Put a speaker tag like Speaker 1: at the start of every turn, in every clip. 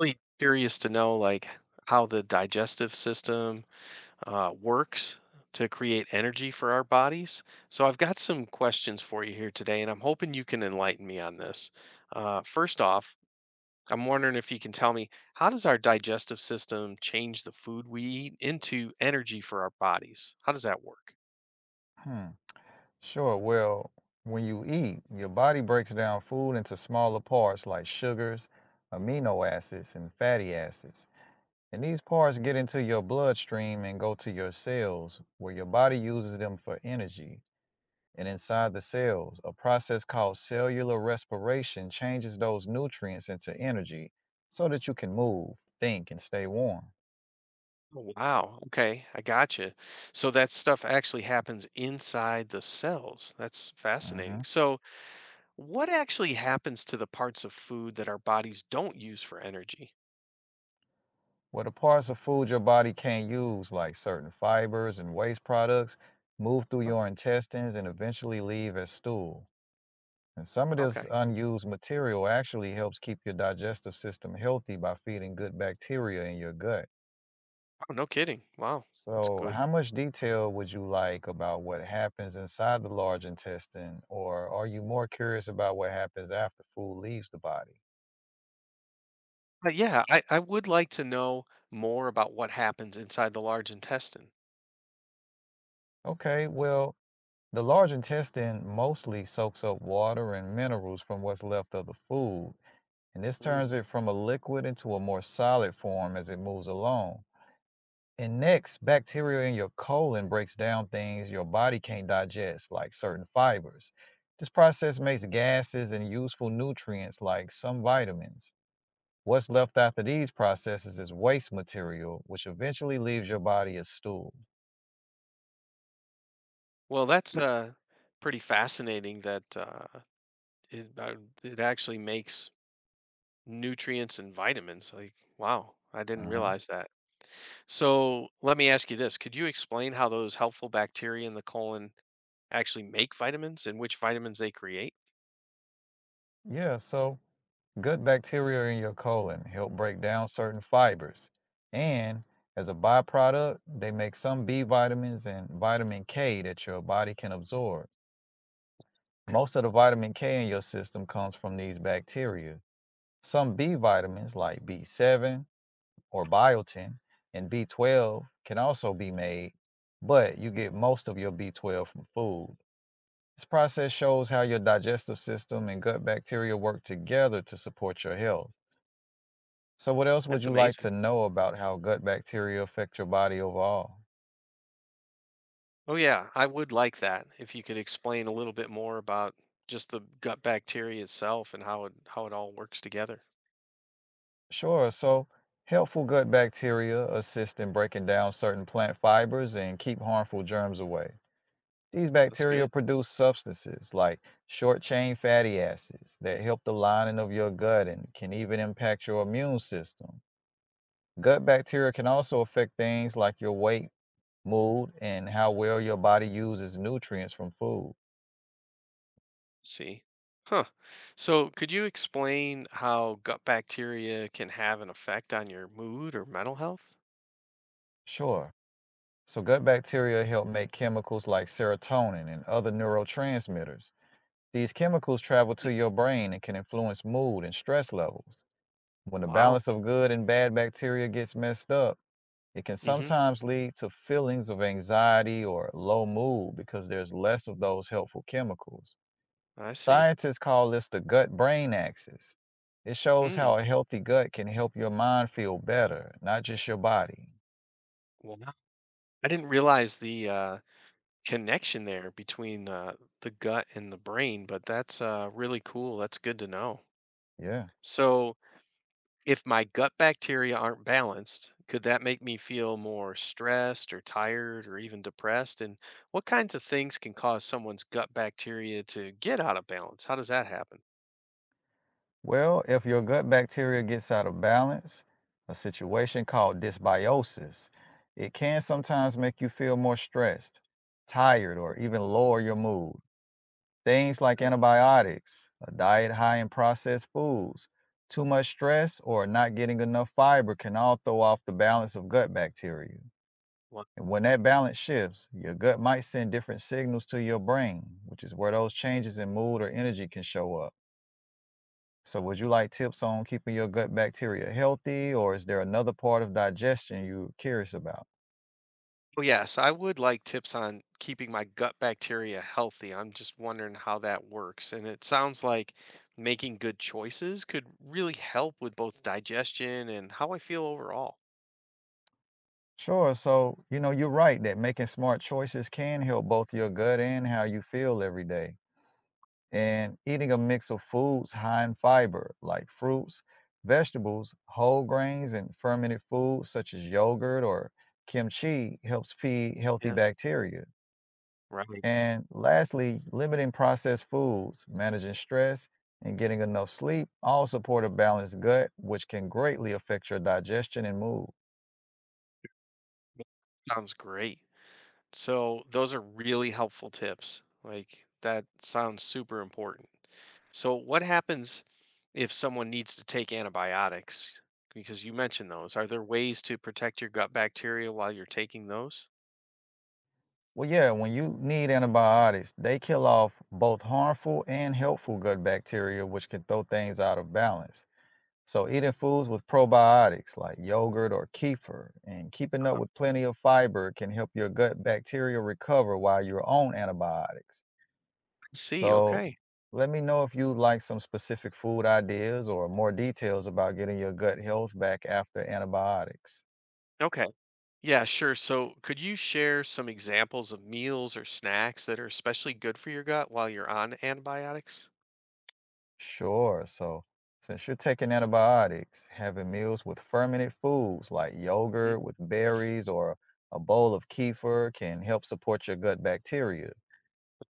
Speaker 1: Really curious to know, like, how the digestive system works to create energy for our bodies. So I've got some questions for you here today, and I'm hoping you can enlighten me on this. First off, I'm wondering if you can tell me, how does our digestive system change the food we eat into energy for our bodies? How does that work?
Speaker 2: Hmm. Sure. Well, when you eat, your body breaks down food into smaller parts like sugars, amino acids, and fatty acids. And these parts get into your bloodstream and go to your cells, where your body uses them for energy. And inside the cells, a process called cellular respiration changes those nutrients into energy so that you can move, think, and stay warm.
Speaker 1: Oh, wow. Okay, I gotcha. So that stuff actually happens inside the cells. That's fascinating.
Speaker 2: hmm
Speaker 1: So, what actually happens to the parts of food that our bodies don't use for energy?
Speaker 2: Well, the parts of food your body can't use, like certain fibers and waste products, move through
Speaker 1: Huh?
Speaker 2: your intestines and eventually leave as stool. And some of
Speaker 1: Okay.
Speaker 2: this unused material actually helps keep your digestive system healthy by feeding good bacteria in your gut.
Speaker 1: Oh, no kidding. Wow, that's
Speaker 2: So,
Speaker 1: good.
Speaker 2: how much detail would you like about what happens inside the large intestine, or are you more curious about what happens after food leaves the body?
Speaker 1: But yeah, I would like to know more about what happens inside the large intestine.
Speaker 2: Okay, well, the large intestine mostly soaks up water and minerals from what's left of the food, and this
Speaker 1: Mm.
Speaker 2: turns it from a liquid into a more solid form as it moves along. And next, bacteria in your colon breaks down things your body can't digest, like certain fibers. This process makes gases and useful nutrients like some vitamins. What's left after these processes is waste material, which eventually leaves your body as stool.
Speaker 1: Well, that's pretty fascinating that it, uh, it actually makes nutrients and vitamins. Like, wow, I didn't
Speaker 2: Mhm.
Speaker 1: realize that. So let me ask you this. Could you explain how those helpful bacteria in the colon actually make vitamins and which vitamins they create?
Speaker 2: Yeah, so good bacteria in your colon help break down certain fibers. And as a byproduct, they make some B vitamins and vitamin K that your body can absorb. Most of the vitamin K in your system comes from these bacteria. Some B vitamins, like B7 or biotin and B12, can also be made, but you get most of your B12 from food. This process shows how your digestive system and gut bacteria work together to support your health. So, what else would
Speaker 1: That's
Speaker 2: you like
Speaker 1: amazing.
Speaker 2: to know about how gut bacteria affect your body overall?
Speaker 1: Oh yeah, I would like that if you could explain a little bit more about just the gut bacteria itself and how it all works together.
Speaker 2: Sure. So, helpful gut bacteria assist in breaking down certain plant fibers and keep harmful germs away. These
Speaker 1: That's
Speaker 2: bacteria
Speaker 1: good.
Speaker 2: produce substances like short chain fatty acids that help the lining of your gut and can even impact your immune system. Gut bacteria can also affect things like your weight, mood, and how well your body uses nutrients from food.
Speaker 1: See. Huh. So could you explain how gut bacteria can have an effect on your mood or mental health?
Speaker 2: Sure. So, gut bacteria help make chemicals like serotonin and other neurotransmitters. These chemicals travel
Speaker 1: Hmm.
Speaker 2: to your brain and can influence mood and stress levels. When the
Speaker 1: Wow.
Speaker 2: balance of good and bad bacteria gets messed up, it can
Speaker 1: Mm-hmm.
Speaker 2: sometimes lead to feelings of anxiety or low mood because there's less of those helpful chemicals.
Speaker 1: I see.
Speaker 2: Scientists call this the gut brain axis. It shows
Speaker 1: Hmm.
Speaker 2: how a healthy gut can help your mind feel better, not just your body.
Speaker 1: Wow. I didn't realize the connection there between the gut and the brain, but that's really cool. That's good to know.
Speaker 2: Yeah.
Speaker 1: So if my gut bacteria aren't balanced, could that make me feel more stressed or tired or even depressed? And what kinds of things can cause someone's gut bacteria to get out of balance? How does that happen?
Speaker 2: Well, if your gut bacteria gets out of balance, a situation called dysbiosis, it can sometimes make you feel more stressed, tired, or even lower your mood. Things like
Speaker 1: Right.
Speaker 2: antibiotics, a diet high in processed foods, too much stress, or not getting enough fiber can all throw off the balance of gut bacteria.
Speaker 1: Well,
Speaker 2: And when that balance shifts, your gut might send different signals to your brain, which is where those changes in mood or energy can show up. So would you like tips on keeping your gut bacteria healthy, or is there another part of digestion you're curious about?
Speaker 1: oh, yes, I would like tips on keeping my gut bacteria healthy. I'm just wondering how that works. And it sounds like making good choices could really help with both digestion and how I feel overall.
Speaker 2: Sure. So, you know, you're right that making smart choices can help both your gut and how you feel every day. And eating a mix of foods high in fiber, like fruits, vegetables, whole grains, and fermented foods such as yogurt or kimchi, helps feed healthy
Speaker 1: Yeah.
Speaker 2: bacteria.
Speaker 1: Right.
Speaker 2: And lastly, limiting processed foods, managing stress, and getting enough sleep all support a balanced gut, which can greatly affect your digestion and mood.
Speaker 1: Sounds great. So those are really helpful tips. Like that sounds super important. So what happens if someone needs to take antibiotics? Because you mentioned those. Are there ways to protect your gut bacteria while you're taking those?
Speaker 2: Well, yeah, when you need antibiotics, they kill off both harmful and helpful gut bacteria, which can throw things out of balance. So, eating foods with probiotics like yogurt or kefir and keeping up with plenty of fiber can help your gut bacteria recover while you're on antibiotics.
Speaker 1: I see,
Speaker 2: So
Speaker 1: okay.
Speaker 2: let me know if you'd like some specific food ideas or more details about getting your gut health back after antibiotics.
Speaker 1: Okay. Yeah, sure. So could you share some examples of meals or snacks that are especially good for your gut while you're on antibiotics?
Speaker 2: Sure. So since you're taking antibiotics, having meals with fermented foods like
Speaker 1: Mm,
Speaker 2: yogurt with berries or a bowl of kefir can help support your gut bacteria.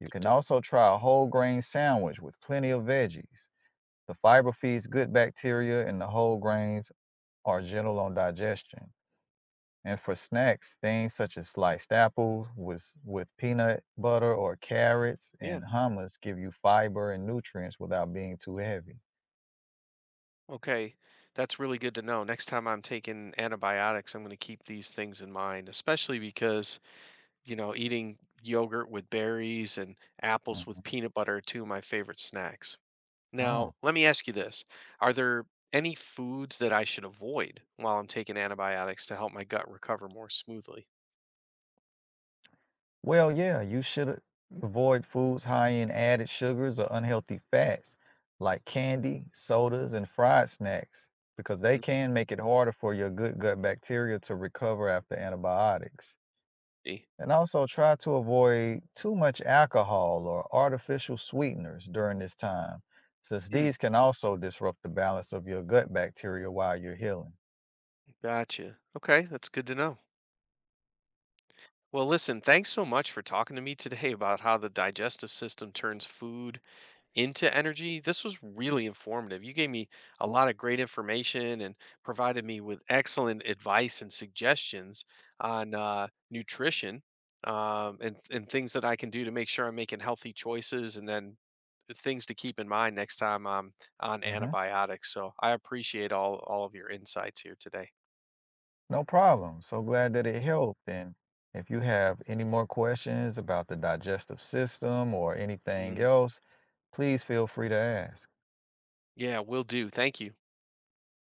Speaker 2: You
Speaker 1: good
Speaker 2: can
Speaker 1: to-
Speaker 2: also try a whole grain sandwich with plenty of veggies. The fiber feeds good bacteria, and the whole grains are gentle on digestion. And for snacks, things such as sliced apples with peanut butter or carrots and
Speaker 1: Yeah.
Speaker 2: hummus give you fiber and nutrients without being too heavy.
Speaker 1: Okay, that's really good to know. Next time I'm taking antibiotics, I'm going to keep these things in mind, especially because, you know, eating yogurt with berries and apples
Speaker 2: Mhm.
Speaker 1: with peanut butter are two of my favorite snacks. Now,
Speaker 2: Oh,
Speaker 1: let me ask you this. Are there any foods that I should avoid while I'm taking antibiotics to help my gut recover more smoothly?
Speaker 2: well, yeah, you should avoid foods high in added sugars or unhealthy fats like candy, sodas, and fried snacks because they
Speaker 1: Mm,
Speaker 2: can make it harder for your good gut bacteria to recover after antibiotics.
Speaker 1: see.
Speaker 2: And also try to avoid too much alcohol or artificial sweeteners during this time, since
Speaker 1: Mm,
Speaker 2: these can also disrupt the balance of your gut bacteria while you're healing.
Speaker 1: gotcha. Okay, that's good to know. Well, listen, thanks so much for talking to me today about how the digestive system turns food into energy. This was really informative. You gave me a lot of great information and provided me with excellent advice and suggestions on nutrition and things that I can do to make sure I'm making healthy choices, and then the things to keep in mind next time I'm on
Speaker 2: hmm
Speaker 1: antibiotics. So I appreciate all of your insights here today.
Speaker 2: No problem. So glad that it helped. And if you have any more questions about the digestive system or anything
Speaker 1: Mm,
Speaker 2: else, please feel free to ask.
Speaker 1: yeah, will do. Thank you.